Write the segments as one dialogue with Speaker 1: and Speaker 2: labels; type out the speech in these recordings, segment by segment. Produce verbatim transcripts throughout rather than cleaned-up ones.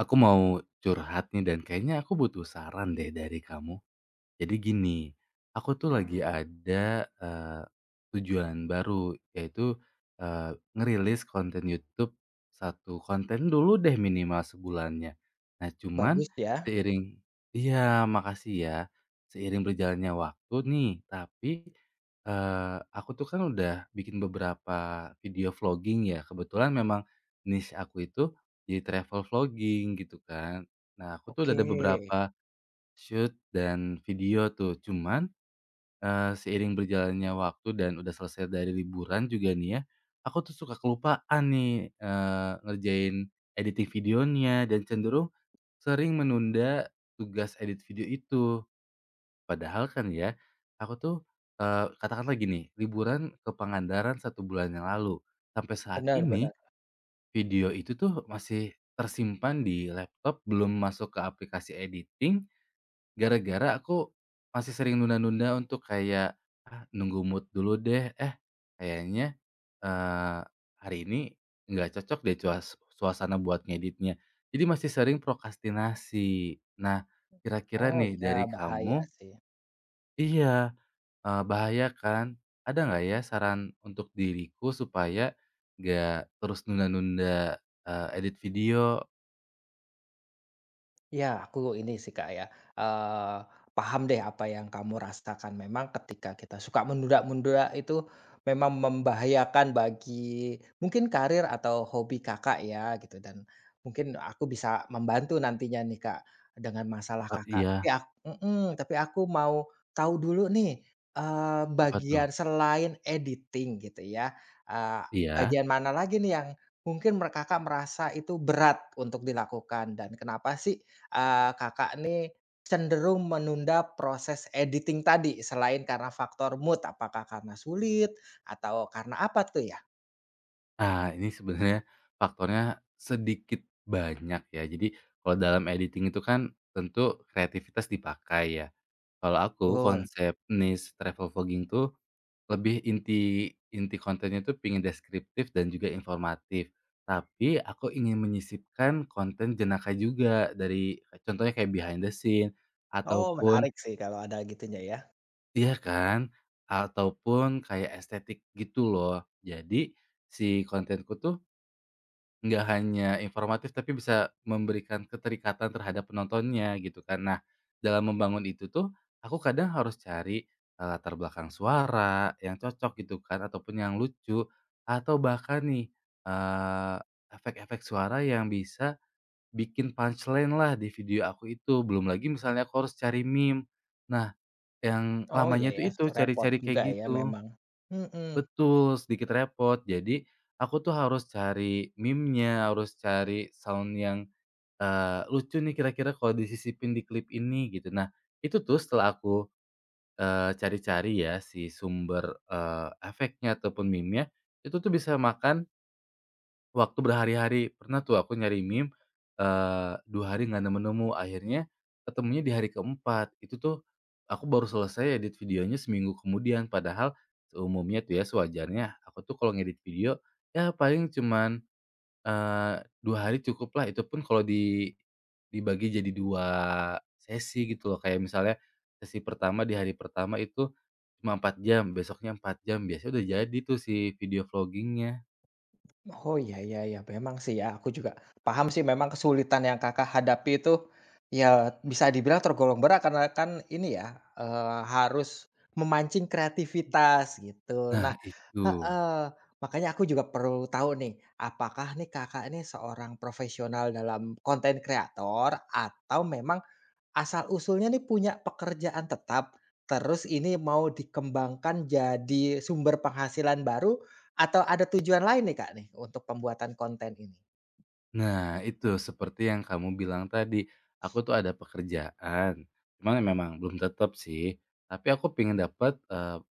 Speaker 1: Aku mau curhat nih dan kayaknya aku butuh saran deh dari kamu. Jadi gini, aku tuh lagi ada, eee, tujuan baru yaitu, eee, ngerilis konten YouTube satu konten dulu deh minimal sebulannya. Nah cuman
Speaker 2: Bagus ya?
Speaker 1: seiring iya, makasih ya, seiring berjalannya waktu nih tapi, eee, aku tuh kan udah bikin beberapa video vlogging ya, kebetulan memang niche aku itu jadi travel vlogging gitu kan. Nah aku tuh udah
Speaker 2: Oke.
Speaker 1: ada beberapa shoot dan video tuh, cuman, eee, seiring berjalannya waktu dan udah selesai dari liburan juga nih ya, aku tuh suka kelupaan nih, eee, ngerjain editing videonya dan cenderung sering menunda tugas edit video itu. Padahal kan ya, aku tuh, eee, katakanlah gini, liburan ke Pangandaran satu bulan yang lalu, sampai saat ini
Speaker 2: Benar-benar.
Speaker 1: video itu tuh masih tersimpan di laptop, belum masuk ke aplikasi editing. Gara-gara aku masih sering nunda-nunda untuk kayak, "Ah, nunggu mood dulu deh, eh kayaknya, eee, hari ini nggak cocok deh cuas suasana buat ngeditnya." Jadi masih sering prokrastinasi. Nah, kira-kira
Speaker 2: Oh,
Speaker 1: nih
Speaker 2: iya,
Speaker 1: dari
Speaker 2: bahaya
Speaker 1: kamu.
Speaker 2: sih.
Speaker 1: Iya, eee, bahaya kan. Ada nggak ya saran untuk diriku supaya nggak terus nunda-nunda, eee, edit video?
Speaker 2: Ya, aku ini sih, Kak, ya, eee, paham deh apa yang kamu rasakan. Memang ketika kita suka menunda-menunda itu memang membahayakan bagi mungkin karir atau hobi Kakak ya, gitu, dan mungkin aku bisa membantu nantinya nih, Kak, dengan masalah
Speaker 1: E
Speaker 2: Kakak. Tapi
Speaker 1: iya,
Speaker 2: ak mhm, tapi aku mau tahu dulu nih, eee,
Speaker 1: apa tuh?
Speaker 2: bagian selain editing gitu ya, eee,
Speaker 1: Iya.
Speaker 2: bagian mana lagi nih yang mungkin mer Kakak merasa itu berat untuk dilakukan dan kenapa sih eee, Kakak nih cenderung menunda proses editing tadi selain karena faktor mood, apakah karena sulit atau karena apa tuh ya?
Speaker 1: Nah, ini sebenarnya faktornya sedikit banyak ya. Jadi kalau dalam editing itu kan tentu kreativitas dipakai ya. Kalau aku
Speaker 2: Betul.
Speaker 1: konsep niche travel vlogging tuh lebih inti inti kontennya tuh pingin deskriptif dan juga informatif. Tapi aku ingin menyisipkan konten jenaka juga, dari contohnya kayak behind the scene
Speaker 2: Oh,
Speaker 1: ataupun.
Speaker 2: menarik sih kalau ada gitunya ya.
Speaker 1: Iya kan. Ataupun kayak estetik gitu loh. Jadi si kontenku tuh nggak hanya informatif, tapi bisa memberikan keterikatan terhadap penontonnya gitu kan. Nah, dalam membangun itu tuh, aku kadang harus cari, eee, latar belakang suara yang cocok gitu kan, ataupun yang lucu, atau bahkan nih, eee, efek-efek suara yang bisa bikin punchline lah di video aku itu. Belum lagi misalnya aku harus cari meme. Nah, yang
Speaker 2: Oh, iya
Speaker 1: lamanya
Speaker 2: ya,
Speaker 1: tuh itu,
Speaker 2: repot
Speaker 1: cari-cari kayak
Speaker 2: juga ya
Speaker 1: gitu.
Speaker 2: memang. Mhm.
Speaker 1: Betul, sedikit repot. Jadi, aku tuh harus cari meme-nya, harus cari sound yang, eee, lucu nih kira-kira kalau disisipin di klip ini, gitu. Nah, itu tuh setelah aku, eee, cari-cari ya si sumber, eee, efeknya ataupun meme-nya, itu tuh bisa makan waktu berhari-hari. Pernah tuh aku nyari meme, eee, dua hari nggak nemu-nemu, akhirnya ketemunya di hari keempat. Itu tuh aku baru selesai edit videonya seminggu kemudian, padahal seumumnya tuh ya, sewajarnya aku tuh kalau ngedit video, ya paling cuman, eee, dua hari cukup lah, itu pun kalau di dibagi jadi dua sesi gitu loh. Kayak misalnya sesi pertama di hari pertama itu cuma empat jam, besoknya empat jam, biasanya udah jadi tuh si video vloggingnya.
Speaker 2: Oh, iya iya iya, memang sih ya, aku juga paham sih memang kesulitan yang Kakak hadapi itu, ya bisa dibilang tergolong berat karena kan ini ya, eee, harus memancing kreativitas gitu.
Speaker 1: Nah
Speaker 2: Nah,
Speaker 1: itu.
Speaker 2: heeh, makanya aku juga perlu tahu nih, apakah nih Kakak ini seorang profesional dalam konten kreator atau memang asal-usulnya nih punya pekerjaan tetap, terus ini mau dikembangkan jadi sumber penghasilan baru, atau ada tujuan lain nih, Kak, nih untuk pembuatan konten ini?
Speaker 1: Nah, itu seperti yang kamu bilang tadi, aku tuh ada pekerjaan, cuman ya memang belum tetap sih, tapi aku pengen dapat, eee,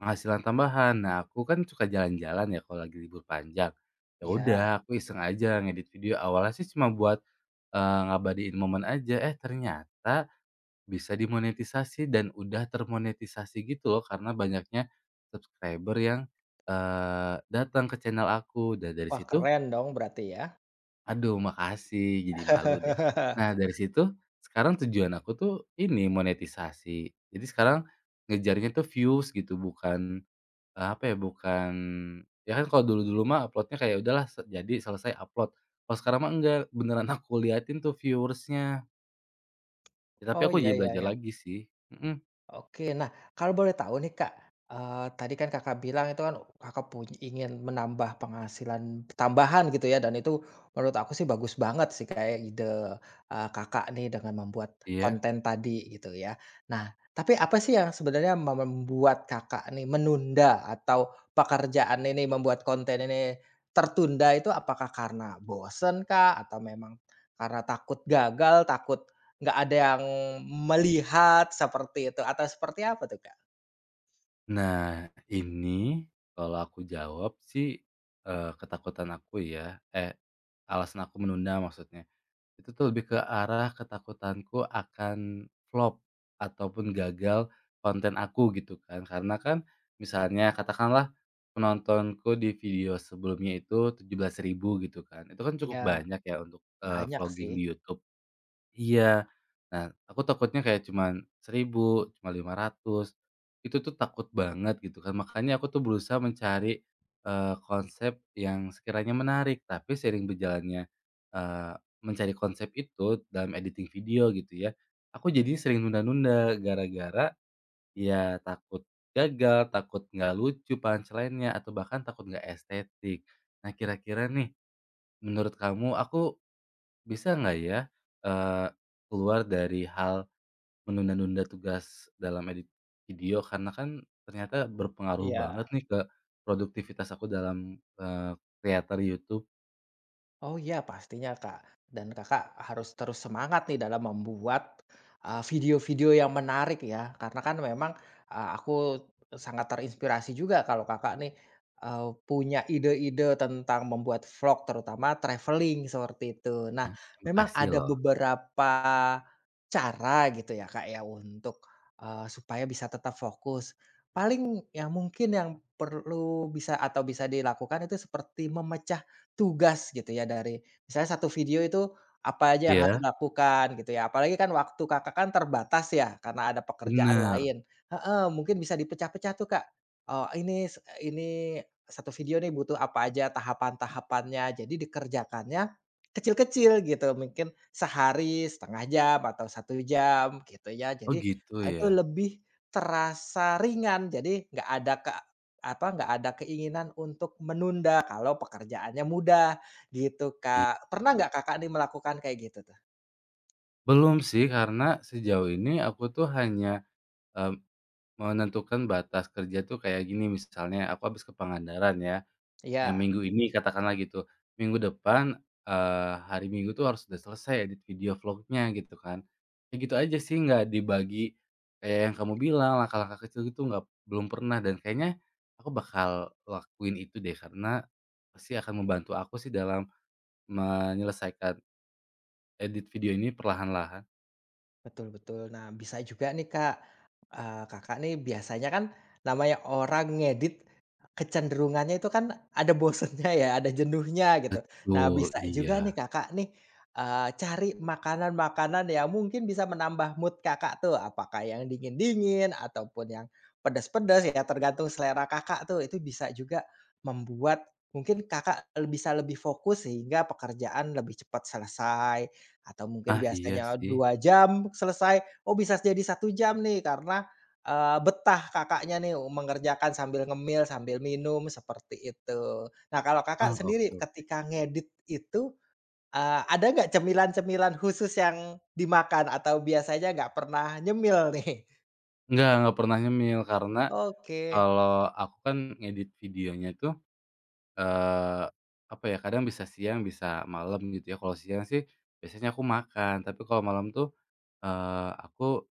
Speaker 1: penghasilan tambahan. Nah, aku kan suka jalan-jalan ya kalau lagi libur panjang. Ya udah,
Speaker 2: Iya.
Speaker 1: aku iseng aja ngedit video, awalnya sih cuma buat, eee, ngabadiin momen aja, eh ternyata bisa dimonetisasi dan udah termonetisasi gitu loh karena banyaknya subscriber yang, eee, datang ke channel aku, dan dari
Speaker 2: Wah,
Speaker 1: situ.
Speaker 2: keren dong berarti ya.
Speaker 1: Aduh makasih, jadi malu deh. Nah dari situ, sekarang tujuan aku tuh ini monetisasi. Jadi sekarang ngejarnya tuh views gitu bukan, eee, apa ya, bukan, ya kan kalau dulu-dulu mah uploadnya kayak udahlah se jadi selesai upload. Kalau sekarang mah enggak, beneran aku liatin tuh viewersnya. Ya tapi
Speaker 2: Oh,
Speaker 1: aku
Speaker 2: iya
Speaker 1: jadi
Speaker 2: iya
Speaker 1: belajar
Speaker 2: iya.
Speaker 1: lagi sih. Mhm,
Speaker 2: Oke, nah kalau boleh tahu nih Kak, eee, tadi kan Kakak bilang itu kan Kakak punya ingin menambah penghasilan tambahan gitu ya dan itu menurut aku sih bagus banget sih kayak ide, eee, Kakak nih dengan membuat
Speaker 1: iya.
Speaker 2: konten tadi gitu ya. Nah, tapi apa sih yang sebenarnya me membuat Kakak nih menunda atau pekerjaan ini membuat konten ini tertunda itu apakah karena bosen kah? Atau memang karena takut gagal, takut nggak ada yang melihat seperti itu, atau seperti apa tuh, Kak?
Speaker 1: Nah ini kalau aku jawab sih, eee, ketakutan aku ya, eh, alasan aku menunda maksudnya. Itu tuh lebih ke arah ketakutanku akan flop ataupun gagal konten aku gitu kan. Karena kan misalnya katakanlah penontonku di video sebelumnya itu tujuh belas ribu gitu kan. Itu kan cukup
Speaker 2: Iya,
Speaker 1: banyak ya untuk, eee,
Speaker 2: banyak sih.
Speaker 1: vlogging di YouTube. Iya. Nah, aku takutnya kayak cuman seribu, cuma lima ratus, itu tuh takut banget gitu kan. Makanya aku tuh berusaha mencari, eee, konsep yang sekiranya menarik, tapi sering berjalannya, eee, mencari konsep itu dalam editing video gitu ya, aku jadi sering nunda-nunda gara-gara ya takut gagal, takut nggak lucu punchline-nya, atau bahkan takut nggak estetik. Nah, kira-kira nih, menurut kamu aku bisa nggak ya, eee, keluar dari hal menunda-nunda tugas dalam edit video karena kan ternyata berpengaruh
Speaker 2: Iya.
Speaker 1: banget nih ke produktivitas aku dalam, eee, creator YouTube.
Speaker 2: Oh iya, pastinya Kak, dan Kakak harus terus semangat nih dalam membuat, eee, video-video yang menarik ya, karena kan memang, eee, aku sangat terinspirasi juga kalau Kakak nih, eee, punya ide-ide tentang membuat vlog terutama traveling seperti itu. Nah,
Speaker 1: Nah, terima
Speaker 2: memang
Speaker 1: kasih
Speaker 2: ada
Speaker 1: loh.
Speaker 2: beberapa cara gitu ya Kak ya untuk, eee, supaya bisa tetap fokus. Paling yang mungkin yang perlu bisa atau bisa dilakukan itu seperti memecah tugas gitu ya dari misalnya satu video itu apa aja yang harus
Speaker 1: Iya,
Speaker 2: dilakukan gitu ya. Apalagi kan waktu Kakak kan terbatas ya karena ada pekerjaan
Speaker 1: bener.
Speaker 2: lain, heeh, mungkin bisa dipecah-pecah tuh Kak, eee, ini s ini satu video nih butuh apa aja tahapan-tahapannya jadi dikerjakannya kecil-kecil gitu mungkin sehari setengah jam atau satu jam gitu ya.
Speaker 1: Oh
Speaker 2: Jadi,
Speaker 1: gitu
Speaker 2: itu
Speaker 1: ya?
Speaker 2: lebih terasa ringan jadi nggak ada ke apa, nggak ada keinginan untuk menunda kalau pekerjaannya mudah, gitu,
Speaker 1: Iya.
Speaker 2: Kak. Pernah nggak Kakak nih melakukan kayak gitu tuh?
Speaker 1: Belum sih karena sejauh ini aku tuh hanya, mmm, menentukan batas kerja tuh kayak gini, misalnya aku habis ke Pangandaran ya. Eee,
Speaker 2: Iya.
Speaker 1: minggu ini katakanlah gitu, minggu depan, eee, hari Minggu tuh harus udah selesai edit video vlog-nya gitu kan. Ya gitu aja sih, nggak dibagi kayak yang kamu bilang langkah-langkah kecil gitu, nggak, belum pernah, dan kayaknya aku bakal lakuin itu deh karena pasti akan membantu aku sih dalam menyelesaikan edit video ini perlahan-lahan.
Speaker 2: Betul betul. Nah, bisa juga nih, Kak, eee, Kakak nih biasanya kan namanya orang ngedit kecenderungannya itu kan ada bosennya ya, ada jenuhnya gitu. Nah,
Speaker 1: Betul,
Speaker 2: bisa
Speaker 1: iya.
Speaker 2: juga nih Kakak nih, eee, cari makanan-makanan yang mungkin bisa menambah mood Kakak tuh, apakah yang dingin-dingin ataupun yang pedas pedas ya tergantung selera Kakak tuh. Itu bisa juga membuat mungkin Kakak bisa lebih fokus sehingga pekerjaan lebih cepat selesai atau mungkin
Speaker 1: Ah, iya
Speaker 2: biasanya
Speaker 1: sih.
Speaker 2: dua jam selesai, oh bisa jadi satu jam nih karena, eee, betah Kakaknya nih mengerjakan sambil ngemil, sambil minum, seperti itu. Nah kalau Kakak
Speaker 1: Ah, oke,
Speaker 2: sendiri
Speaker 1: oke.
Speaker 2: ketika ngedit itu, eee, ada nggak cemilan-cemilan khusus yang dimakan atau biasanya nggak pernah nyemil nih?
Speaker 1: Nggak nggak pernah nyemil karena
Speaker 2: Oke.
Speaker 1: kalau aku kan ngedit videonya tuh, eh apa ya, kadang bisa siang, bisa malam gitu ya. Kalau siang sih biasanya aku makan, tapi kalau malam tuh, eee, aku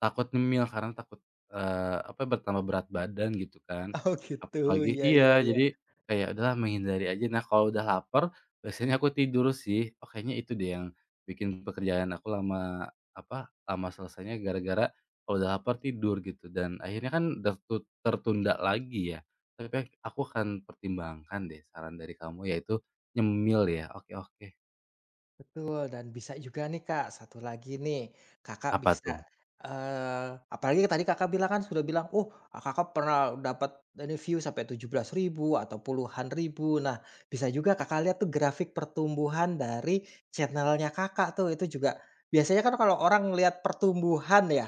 Speaker 1: takut ngemil karena takut, eee, apa, bertambah berat badan gitu kan.
Speaker 2: Oh gitu,
Speaker 1: Apalagi
Speaker 2: ya ya
Speaker 1: iya,
Speaker 2: ya.
Speaker 1: jadi kayak udahlah menghindari aja. Nah kalau udah lapar, biasanya aku tidur sih. Oh kayaknya itu deh yang bikin pekerjaan aku lama, apa, lama selesainya gara-gara kalau udah lapar tidur gitu dan akhirnya kan tertu tertunda lagi ya. Tapi ak aku akan pertimbangkan deh saran dari kamu yaitu nyemil ya, oke, oke.
Speaker 2: Betul, dan bisa juga nih Kak, satu lagi nih, Kakak
Speaker 1: Apa
Speaker 2: bisa,
Speaker 1: tuh?
Speaker 2: eee, apalagi tadi Kakak bilang kan sudah bilang, "Oh, Kakak pernah dapat ini view sampai tujuh belas ribu atau puluhan ribu." Nah, bisa juga Kakak lihat tuh grafik pertumbuhan dari channelnya Kakak tuh, itu juga biasanya kan kalau orang lihat pertumbuhan ya,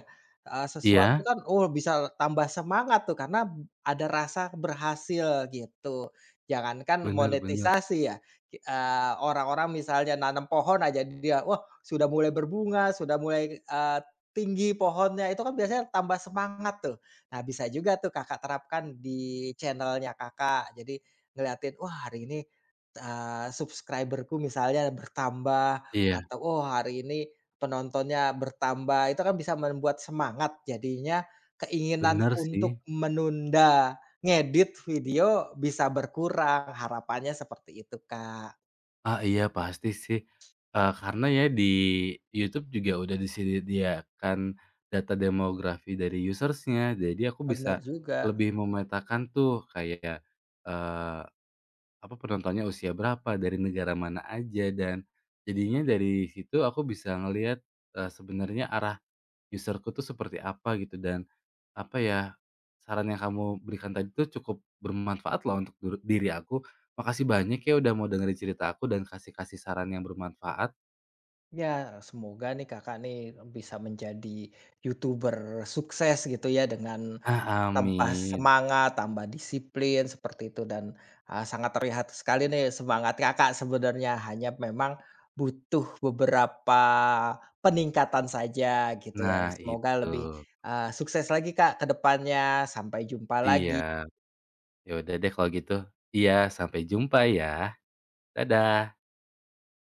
Speaker 2: eee, sesuatu
Speaker 1: Iya,
Speaker 2: kan, oh bisa tambah semangat tuh karena ada rasa berhasil gitu. Jangankan
Speaker 1: bener bener.
Speaker 2: monetisasi ya, Ki eee, orang-orang misalnya nanam pohon aja dia, wah sudah mulai berbunga, sudah mulai, eee, tinggi pohonnya, itu kan biasanya tambah semangat tuh. Nah bisa juga tuh Kakak terapkan di channelnya Kakak, jadi ngeliatin, wah hari ini, eee, subscriber misalnya bertambah,
Speaker 1: Iya,
Speaker 2: atau, oh hari ini penontonnya bertambah, itu kan bisa membuat semangat, jadinya keinginan
Speaker 1: bener sih.
Speaker 2: untuk menunda ngedit video bisa berkurang, harapannya seperti itu, Kak.
Speaker 1: Ah, iya pasti sih, eee, karena ya di YouTube juga udah disediakan data demografi dari usersnya jadi aku
Speaker 2: Bener
Speaker 1: bisa
Speaker 2: juga.
Speaker 1: lebih memetakan tuh kayak, eee, apa, penontonnya usia berapa, dari negara mana aja, dan jadinya dari situ aku bisa ngelihat, eee, sebenarnya arah user tuh seperti apa gitu dan, apa ya, saran yang kamu berikan tadi tuh cukup bermanfaat lah untuk duru diri aku. Makasih banyak ya udah mau dengerin cerita aku dan kasih-kasih saran yang bermanfaat.
Speaker 2: Ya, semoga nih Kakak nih bisa menjadi YouTuber sukses gitu ya dengan
Speaker 1: Ah,
Speaker 2: tambah
Speaker 1: amin.
Speaker 2: semangat, tambah disiplin seperti itu dan, eee, sangat terlihat sekali nih semangat Kakak sebenarnya, hanya memang butuh beberapa peningkatan saja gitu ya.
Speaker 1: Nah
Speaker 2: Semoga
Speaker 1: itu.
Speaker 2: lebih, eee, sukses lagi, Kak, ke depannya. Sampai jumpa lagi.
Speaker 1: Iya. Ya udah deh kalau gitu. Iya, sampai jumpa ya. Dadah.